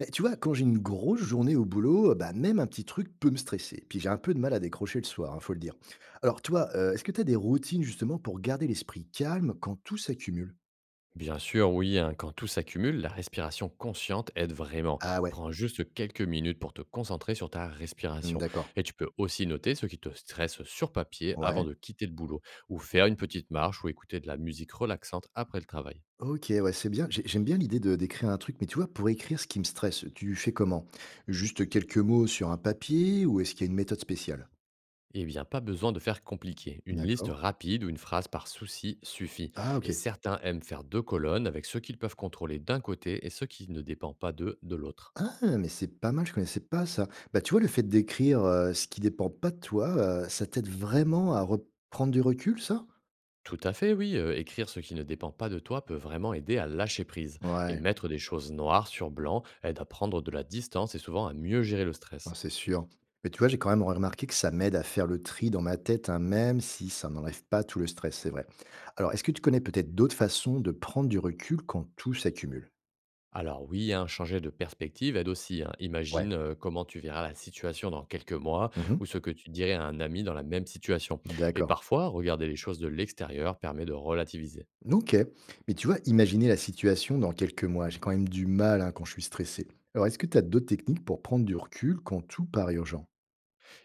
Beh, tu vois, quand j'ai une grosse journée au boulot, même un petit truc peut me stresser. Puis j'ai un peu de mal à décrocher le soir, il faut le dire. Alors toi, est-ce que tu as des routines justement pour garder l'esprit calme quand tout s'accumule. Bien sûr, oui, hein, quand tout s'accumule, la respiration consciente aide vraiment. Ah ouais, Prends juste quelques minutes pour te concentrer sur ta hmm, respiration. d'accord. Et tu peux aussi noter ce qui te stresse sur papier avant Ouais. de quitter le boulot, ou faire une petite marche, ou écouter de la musique relaxante après le travail. Ok, ouais, c'est bien. J'aime bien l'idée de d'écrire un truc, mais tu vois, pour écrire ce qui me stresse, tu fais comment? Juste quelques mots sur un papier, ou est-ce qu'il y a une méthode spéciale? Eh bien, pas besoin de faire compliqué. Une liste D'accord. rapide ou une phrase par souci suffit. Ah ok. Et certains aiment faire deux colonnes avec ceux qu'ils peuvent contrôler d'un côté et ceux qui ne dépendent pas d'eux de l'autre. Ah, mais c'est pas mal, je connaissais pas ça. Bah, tu vois, le fait d'écrire, ce qui dépend pas de toi, ça t'aide vraiment à reprendre du recul, ça? Tout à fait, oui. Écrire ce qui ne dépend pas de toi peut vraiment aider à lâcher prise. Et Ouais, mettre des choses noires sur blanc aide à prendre de la distance et souvent à mieux gérer le ouais, stress. c'est sûr. Mais tu vois, j'ai quand même remarqué que ça m'aide à faire le tri dans ma tête, hein, même si ça n'enlève pas tout le stress, c'est vrai. Alors, est-ce que tu connais peut-être d'autres façons de prendre du recul quand tout s'accumule? Alors oui, hein, changer de perspective aide aussi, hein. Ouais. Imagine comment tu verras la situation dans quelques mois Mmh. ou ce que tu dirais à un ami dans la même situation. Et D'accord. parfois, regarder les choses de l'extérieur permet de relativiser. OK. Mais tu vois, imaginer la situation dans quelques mois, j'ai quand même du mal, hein, quand je suis stressé. Alors, est-ce que tu as d'autres techniques pour prendre du recul quand tout paraît urgent?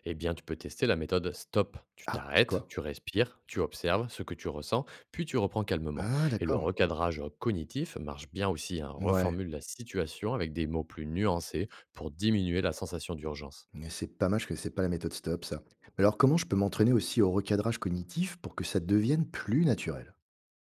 Eh bien, tu peux tester la méthode stop. Tu Ah, c'est t'arrêtes, quoi? tu respires, tu observes ce que tu ressens, puis tu reprends calmement. Ah Et le d'accord, recadrage cognitif marche bien aussi, hein. ouais, Reformule la situation avec des mots plus nuancés pour diminuer la sensation d'urgence. mais c'est pas mal, je connaissais pas la méthode STOP ça. Mais alors, comment je peux m'entraîner aussi au recadrage cognitif pour que ça devienne plus naturel?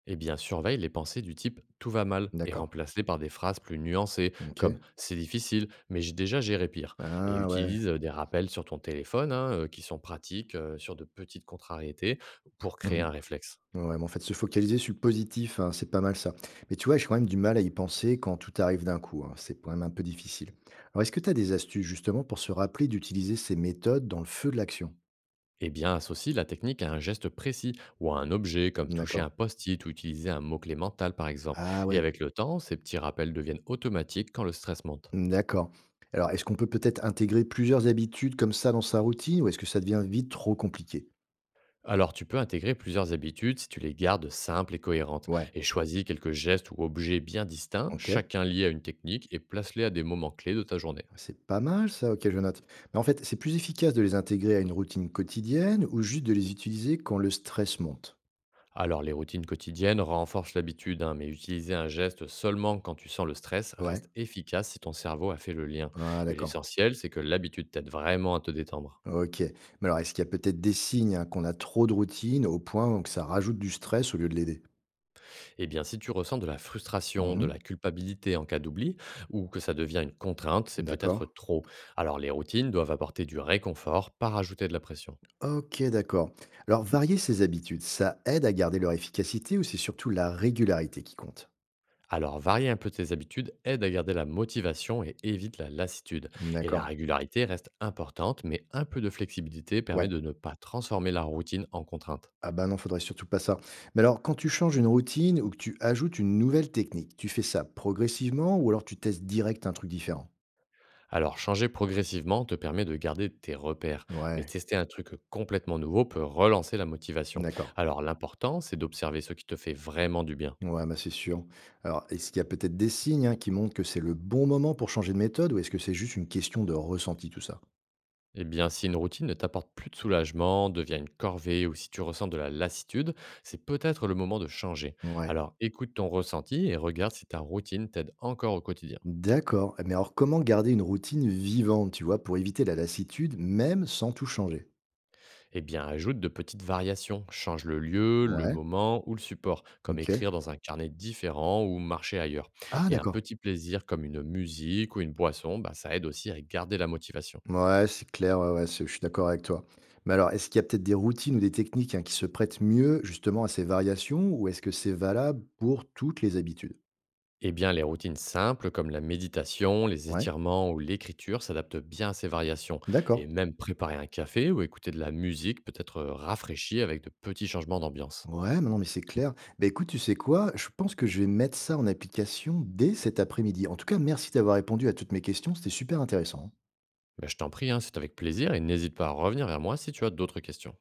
Eh bien, surveille les pensées du type tout va mal et D'accord, remplace-les par des phrases plus nuancées OK. comme c'est difficile, mais j'ai déjà géré pire. Et Ah ouais. utilise des rappels sur ton téléphone, hein, qui sont pratiques sur de petites contrariétés pour créer Mmh. un réflexe. Ouais, mais en fait se focaliser sur le positif, hein, c'est pas mal ça. Mais tu vois, j'ai quand même du mal à y penser quand tout arrive d'un coup, hein, c'est quand même un peu difficile. Alors est-ce que tu as des astuces justement pour se rappeler d'utiliser ces méthodes dans le feu de l'action? Eh bien, associe la technique à un geste précis ou à un objet, comme toucher D'accord. un post-it ou utiliser un mot-clé mental, par exemple. Ah Et ouais. avec le temps, ces petits rappels deviennent automatiques quand le stress monte. Mmh, d'accord. Alors, est-ce qu'on peut peut-être intégrer plusieurs habitudes comme ça dans sa routine, ou est-ce que ça devient vite trop compliqué? Alors, tu peux intégrer plusieurs habitudes si tu les gardes simples et cohérentes, Ouais, et choisis quelques gestes ou objets bien distincts, OK, chacun lié à une technique, et place-les à des moments clés de ta journée. c'est pas mal ça, OK, je note. Mais en fait, c'est plus efficace de les intégrer à une routine quotidienne ou juste de les utiliser quand le stress monte? Alors, les routines quotidiennes renforcent l'habitude, hein, mais utiliser un geste seulement quand tu sens le stress Ouais, reste efficace si ton cerveau a fait le lien. ah Et d'accord. l'essentiel, c'est que l'habitude t'aide vraiment à te détendre. OK. Mais alors, est-ce qu'il y a peut-être des signes, hein, qu'on a trop de routine au point que ça rajoute du stress au lieu de l'aider? Eh bien, si tu ressens de la frustration, de Mmh. la culpabilité en cas d'oubli, ou que ça devient une contrainte, c'est peut-être D'accord. trop. Alors, les routines doivent apporter du réconfort, pas rajouter de la pression. OK, d'accord. Alors, varier ses habitudes, ça aide à garder leur efficacité, ou c'est surtout la régularité qui compte? Alors, varier un peu tes habitudes aide à garder la motivation et évite la lassitude. Et la D'accord. régularité reste importante, mais un peu de flexibilité permet Ouais. de ne pas transformer la routine en contrainte. Ah bah non, faudrait surtout pas ça. Mais alors, quand tu changes une routine ou que tu ajoutes une nouvelle technique, tu fais ça progressivement ou alors tu testes direct un truc différent? Alors, changer progressivement te permet de garder tes repères, mais Ouais, tester un truc complètement nouveau peut relancer la motivation. d'accord. Alors, l'important, c'est d'observer ce qui te fait vraiment du bien. Ouais, bah c'est sûr. Alors, est-ce qu'il y a peut-être des signes, hein, qui montrent que c'est le bon moment pour changer de méthode, ou est-ce que c'est juste une question de ressenti tout ça? Eh bien, si une routine ne t'apporte plus de soulagement, devient une corvée ou si tu ressens de la lassitude, c'est peut-être le moment de changer. Ouais. Alors écoute ton ressenti et regarde si ta routine t'aide encore au quotidien. D'accord. Mais alors, comment garder une routine vivante, tu vois, pour éviter la lassitude, même sans tout changer? Eh bien, ajoute de petites variations. Change le lieu, le Ouais, moment ou le support, comme ok. écrire dans un carnet différent ou marcher ailleurs. Ah, Et un d'accord. petit plaisir comme une musique ou une boisson, bah, ça aide aussi à garder la motivation. Ouais, c'est clair, ouais, ouais, c'est, je suis d'accord avec toi. Mais alors, est-ce qu'il y a peut-être des routines ou des techniques, hein, qui se prêtent mieux justement à ces variations, ou est-ce que c'est valable pour toutes les habitudes? Eh bien, les routines simples comme la méditation, les Ouais, étirements ou l'écriture s'adaptent bien à ces variations. d'accord. Et même préparer un café ou écouter de la musique peut être rafraîchi avec de petits changements d'ambiance. Ouais, mais non, mais c'est clair. Bah, écoute, tu sais quoi? Je pense que je vais mettre ça en application dès cet après-midi. En tout cas, merci d'avoir répondu à toutes mes questions, c'était super intéressant, hein. Mais je t'en prie, hein, c'est avec plaisir et n'hésite pas à revenir vers moi si tu as d'autres questions.